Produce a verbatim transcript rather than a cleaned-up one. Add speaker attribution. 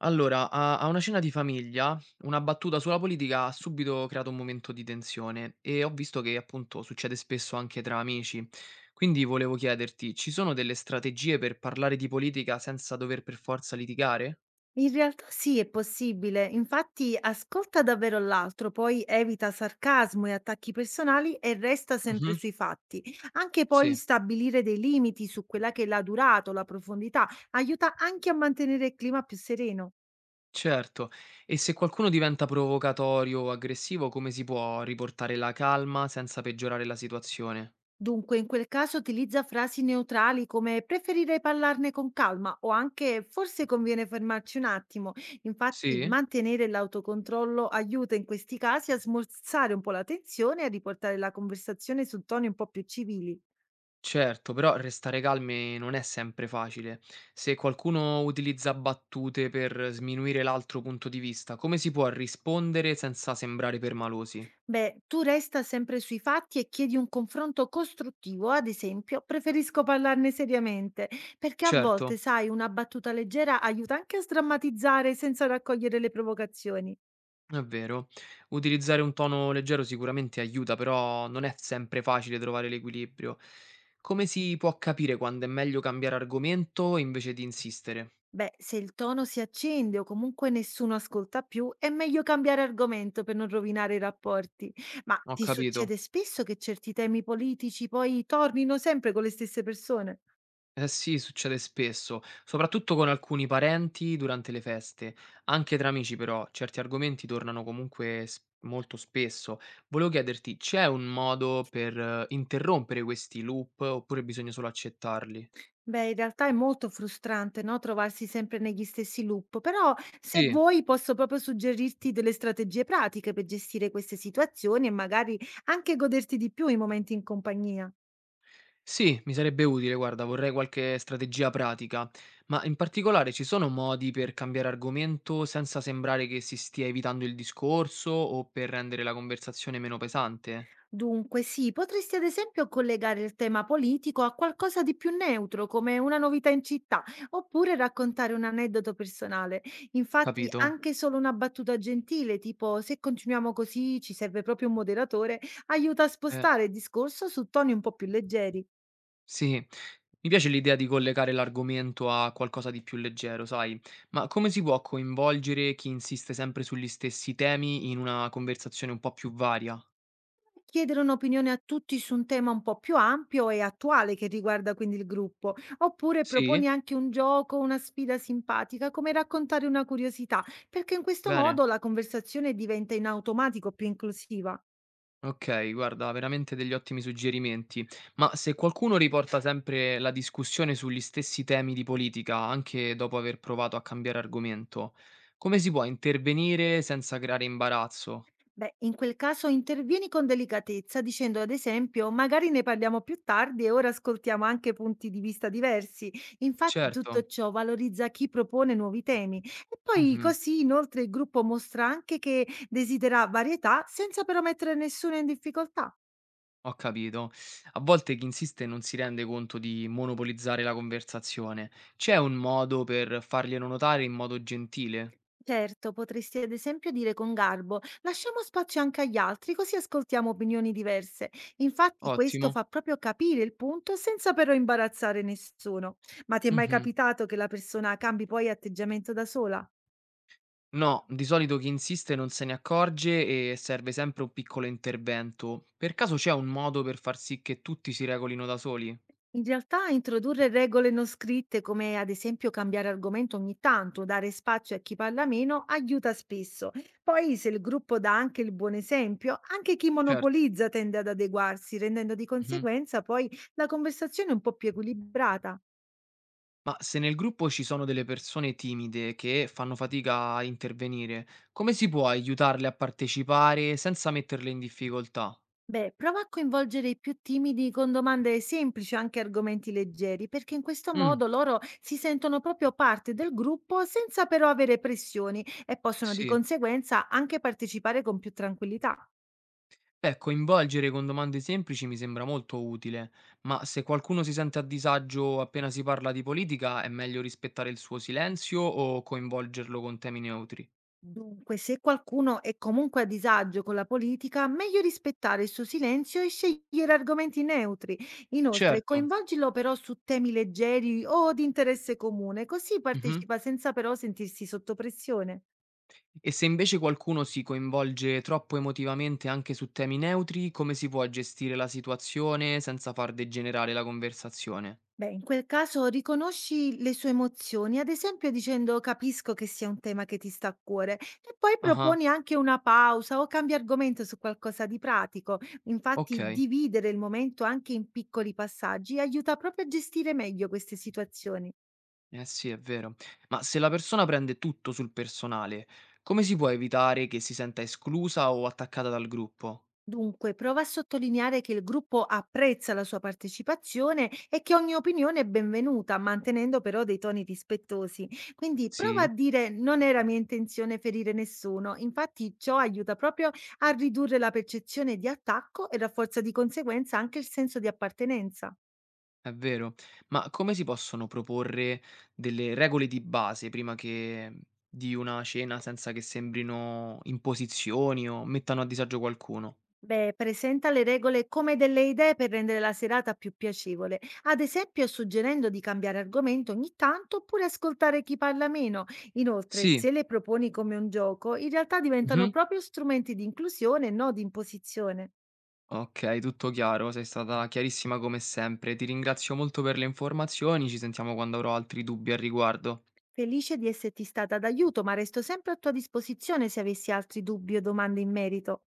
Speaker 1: Allora, a a una cena di famiglia, una battuta sulla politica ha subito creato un momento di tensione e ho visto che appunto succede spesso anche tra amici. Quindi volevo chiederti, ci sono delle strategie per parlare di politica senza dover per forza litigare?
Speaker 2: In realtà sì, è possibile. Infatti, ascolta davvero l'altro, poi evita sarcasmo e attacchi personali e resta sempre
Speaker 1: Mhm.
Speaker 2: sui fatti. Anche poi
Speaker 1: Sì,
Speaker 2: stabilire dei limiti su quella che è la durata o la profondità aiuta anche a mantenere il clima più sereno.
Speaker 1: certo. E se qualcuno diventa provocatorio o aggressivo, come si può riportare la calma senza peggiorare la situazione?
Speaker 2: Dunque, in quel caso utilizza frasi neutrali come preferirei parlarne con calma o anche forse conviene fermarci un attimo. Infatti,
Speaker 1: Sì?
Speaker 2: mantenere l'autocontrollo aiuta in questi casi a smorzare un po' la tensione e a riportare la conversazione su toni un po' più civili.
Speaker 1: Certo, però restare calmi non è sempre facile. Se qualcuno utilizza battute per sminuire l'altro punto di vista, come si può rispondere senza sembrare permalosi?
Speaker 2: Beh, tu resta sempre sui fatti e chiedi un confronto costruttivo, ad esempio, preferisco parlarne seriamente, perché a
Speaker 1: Certo,
Speaker 2: volte, sai, una battuta leggera aiuta anche a sdrammatizzare senza raccogliere le provocazioni.
Speaker 1: è vero. Utilizzare un tono leggero sicuramente aiuta, però non è sempre facile trovare l'equilibrio. Come si può capire quando è meglio cambiare argomento invece di insistere?
Speaker 2: Beh, se il tono si accende o comunque nessuno ascolta più, è meglio cambiare argomento per non rovinare i rapporti. Ma
Speaker 1: Ho
Speaker 2: ti
Speaker 1: capito.
Speaker 2: succede spesso che certi temi politici poi tornino sempre con le stesse persone?
Speaker 1: Eh sì, succede spesso, soprattutto con alcuni parenti durante le feste. Anche tra amici, però, certi argomenti tornano comunque s- molto spesso. Volevo chiederti, c'è un modo per eh, interrompere questi loop oppure bisogna solo accettarli?
Speaker 2: Beh, in realtà è molto frustrante, no? Trovarsi sempre negli stessi loop, però se
Speaker 1: Sì.
Speaker 2: vuoi posso proprio suggerirti delle strategie pratiche per gestire queste situazioni e magari anche goderti di più i momenti in compagnia.
Speaker 1: Sì, mi sarebbe utile, guarda, vorrei qualche strategia pratica, ma in particolare ci sono modi per cambiare argomento senza sembrare che si stia evitando il discorso o per rendere la conversazione meno pesante?
Speaker 2: Dunque, sì, potresti ad esempio collegare il tema politico a qualcosa di più neutro, come una novità in città, oppure raccontare un aneddoto personale. Infatti,
Speaker 1: Capito?
Speaker 2: anche solo una battuta gentile, tipo se continuiamo così ci serve proprio un moderatore, aiuta a
Speaker 1: Eh.
Speaker 2: spostare il discorso su toni un po' più leggeri.
Speaker 1: Sì, mi piace l'idea di collegare l'argomento a qualcosa di più leggero, sai, ma come si può coinvolgere chi insiste sempre sugli stessi temi in una conversazione un po' più varia?
Speaker 2: Chiedere un'opinione a tutti su un tema un po' più ampio e attuale che riguarda quindi il gruppo, oppure
Speaker 1: Sì?
Speaker 2: proponi anche un gioco, una sfida simpatica, come raccontare una curiosità, perché in questo
Speaker 1: Bene.
Speaker 2: modo la conversazione diventa in automatico più inclusiva.
Speaker 1: Ok, guarda, veramente degli ottimi suggerimenti. Ma se qualcuno riporta sempre la discussione sugli stessi temi di politica, anche dopo aver provato a cambiare argomento, come si può intervenire senza creare imbarazzo?
Speaker 2: Beh, in quel caso intervieni con delicatezza dicendo ad esempio magari ne parliamo più tardi e ora ascoltiamo anche punti di vista diversi. Infatti tutto
Speaker 1: Certo.
Speaker 2: ciò valorizza chi propone nuovi temi e poi
Speaker 1: Mhm.
Speaker 2: così inoltre il gruppo mostra anche che desidera varietà senza però mettere nessuno in difficoltà.
Speaker 1: Ho capito. A volte chi insiste non si rende conto di monopolizzare la conversazione. C'è un modo per farglielo notare in modo gentile?
Speaker 2: Certo, potresti ad esempio dire con garbo, lasciamo spazio anche agli altri, così ascoltiamo opinioni diverse. Infatti questo
Speaker 1: Ottimo.
Speaker 2: fa proprio capire il punto senza però imbarazzare nessuno. Ma ti è mai
Speaker 1: Mh-mh.
Speaker 2: capitato che la persona cambi poi atteggiamento da sola?
Speaker 1: No, di solito chi insiste non se ne accorge e serve sempre un piccolo intervento. Per caso c'è un modo per far sì che tutti si regolino da soli?
Speaker 2: In realtà introdurre regole non scritte, come ad esempio cambiare argomento ogni tanto, dare spazio a chi parla meno, aiuta spesso. Poi, se il gruppo dà anche il buon esempio, anche chi
Speaker 1: Certo.
Speaker 2: monopolizza tende ad adeguarsi, rendendo di
Speaker 1: Mh-mh.
Speaker 2: conseguenza poi la conversazione un po' più equilibrata.
Speaker 1: Ma se nel gruppo ci sono delle persone timide che fanno fatica a intervenire, come si può aiutarle a partecipare senza metterle in difficoltà?
Speaker 2: Beh, prova a coinvolgere i più timidi con domande semplici o anche argomenti leggeri, perché in questo
Speaker 1: Mh.
Speaker 2: modo loro si sentono proprio parte del gruppo senza però avere pressioni e possono di
Speaker 1: Sì.
Speaker 2: conseguenza anche partecipare con più tranquillità.
Speaker 1: Beh, coinvolgere con domande semplici mi sembra molto utile, ma se qualcuno si sente a disagio appena si parla di politica, è meglio rispettare il suo silenzio o coinvolgerlo con temi neutri?
Speaker 2: Dunque, se qualcuno è comunque a disagio con la politica, meglio rispettare il suo silenzio e scegliere argomenti neutri. Inoltre,
Speaker 1: Certo.
Speaker 2: coinvolgilo però su temi leggeri o di interesse comune, così
Speaker 1: Mhm.
Speaker 2: partecipa senza però sentirsi sotto pressione.
Speaker 1: E se invece qualcuno si coinvolge troppo emotivamente anche su temi neutri, come si può gestire la situazione senza far degenerare la conversazione?
Speaker 2: Beh, in quel caso riconosci le sue emozioni, ad esempio dicendo capisco che sia un tema che ti sta a cuore e poi
Speaker 1: Ah,
Speaker 2: proponi anche una pausa o cambia argomento su qualcosa di pratico. Infatti,
Speaker 1: ok.
Speaker 2: dividere il momento anche in piccoli passaggi aiuta proprio a gestire meglio queste situazioni.
Speaker 1: Eh sì, è vero. Ma se la persona prende tutto sul personale, come si può evitare che si senta esclusa o attaccata dal gruppo?
Speaker 2: Dunque, prova a sottolineare che il gruppo apprezza la sua partecipazione e che ogni opinione è benvenuta, mantenendo però dei toni rispettosi. Quindi prova a
Speaker 1: Sì,
Speaker 2: dire non era mia intenzione ferire nessuno. Infatti ciò aiuta proprio a ridurre la percezione di attacco e rafforza di conseguenza anche il senso di appartenenza.
Speaker 1: è vero. Ma come si possono proporre delle regole di base prima che mhmm, di una cena senza che sembrino imposizioni o mettano a disagio qualcuno?
Speaker 2: Beh, presenta le regole come delle idee per rendere la serata più piacevole, ad esempio suggerendo di cambiare argomento ogni tanto oppure ascoltare chi parla meno. Inoltre,
Speaker 1: Sì.
Speaker 2: se le proponi come un gioco, in realtà diventano
Speaker 1: Mhm.
Speaker 2: proprio strumenti di inclusione e non di imposizione.
Speaker 1: Ok, tutto chiaro, sei stata chiarissima come sempre. Ti ringrazio molto per le informazioni, ci sentiamo quando avrò altri dubbi al riguardo.
Speaker 2: Felice di esserti stata d'aiuto, ma resto sempre a tua disposizione se avessi altri dubbi o domande in merito.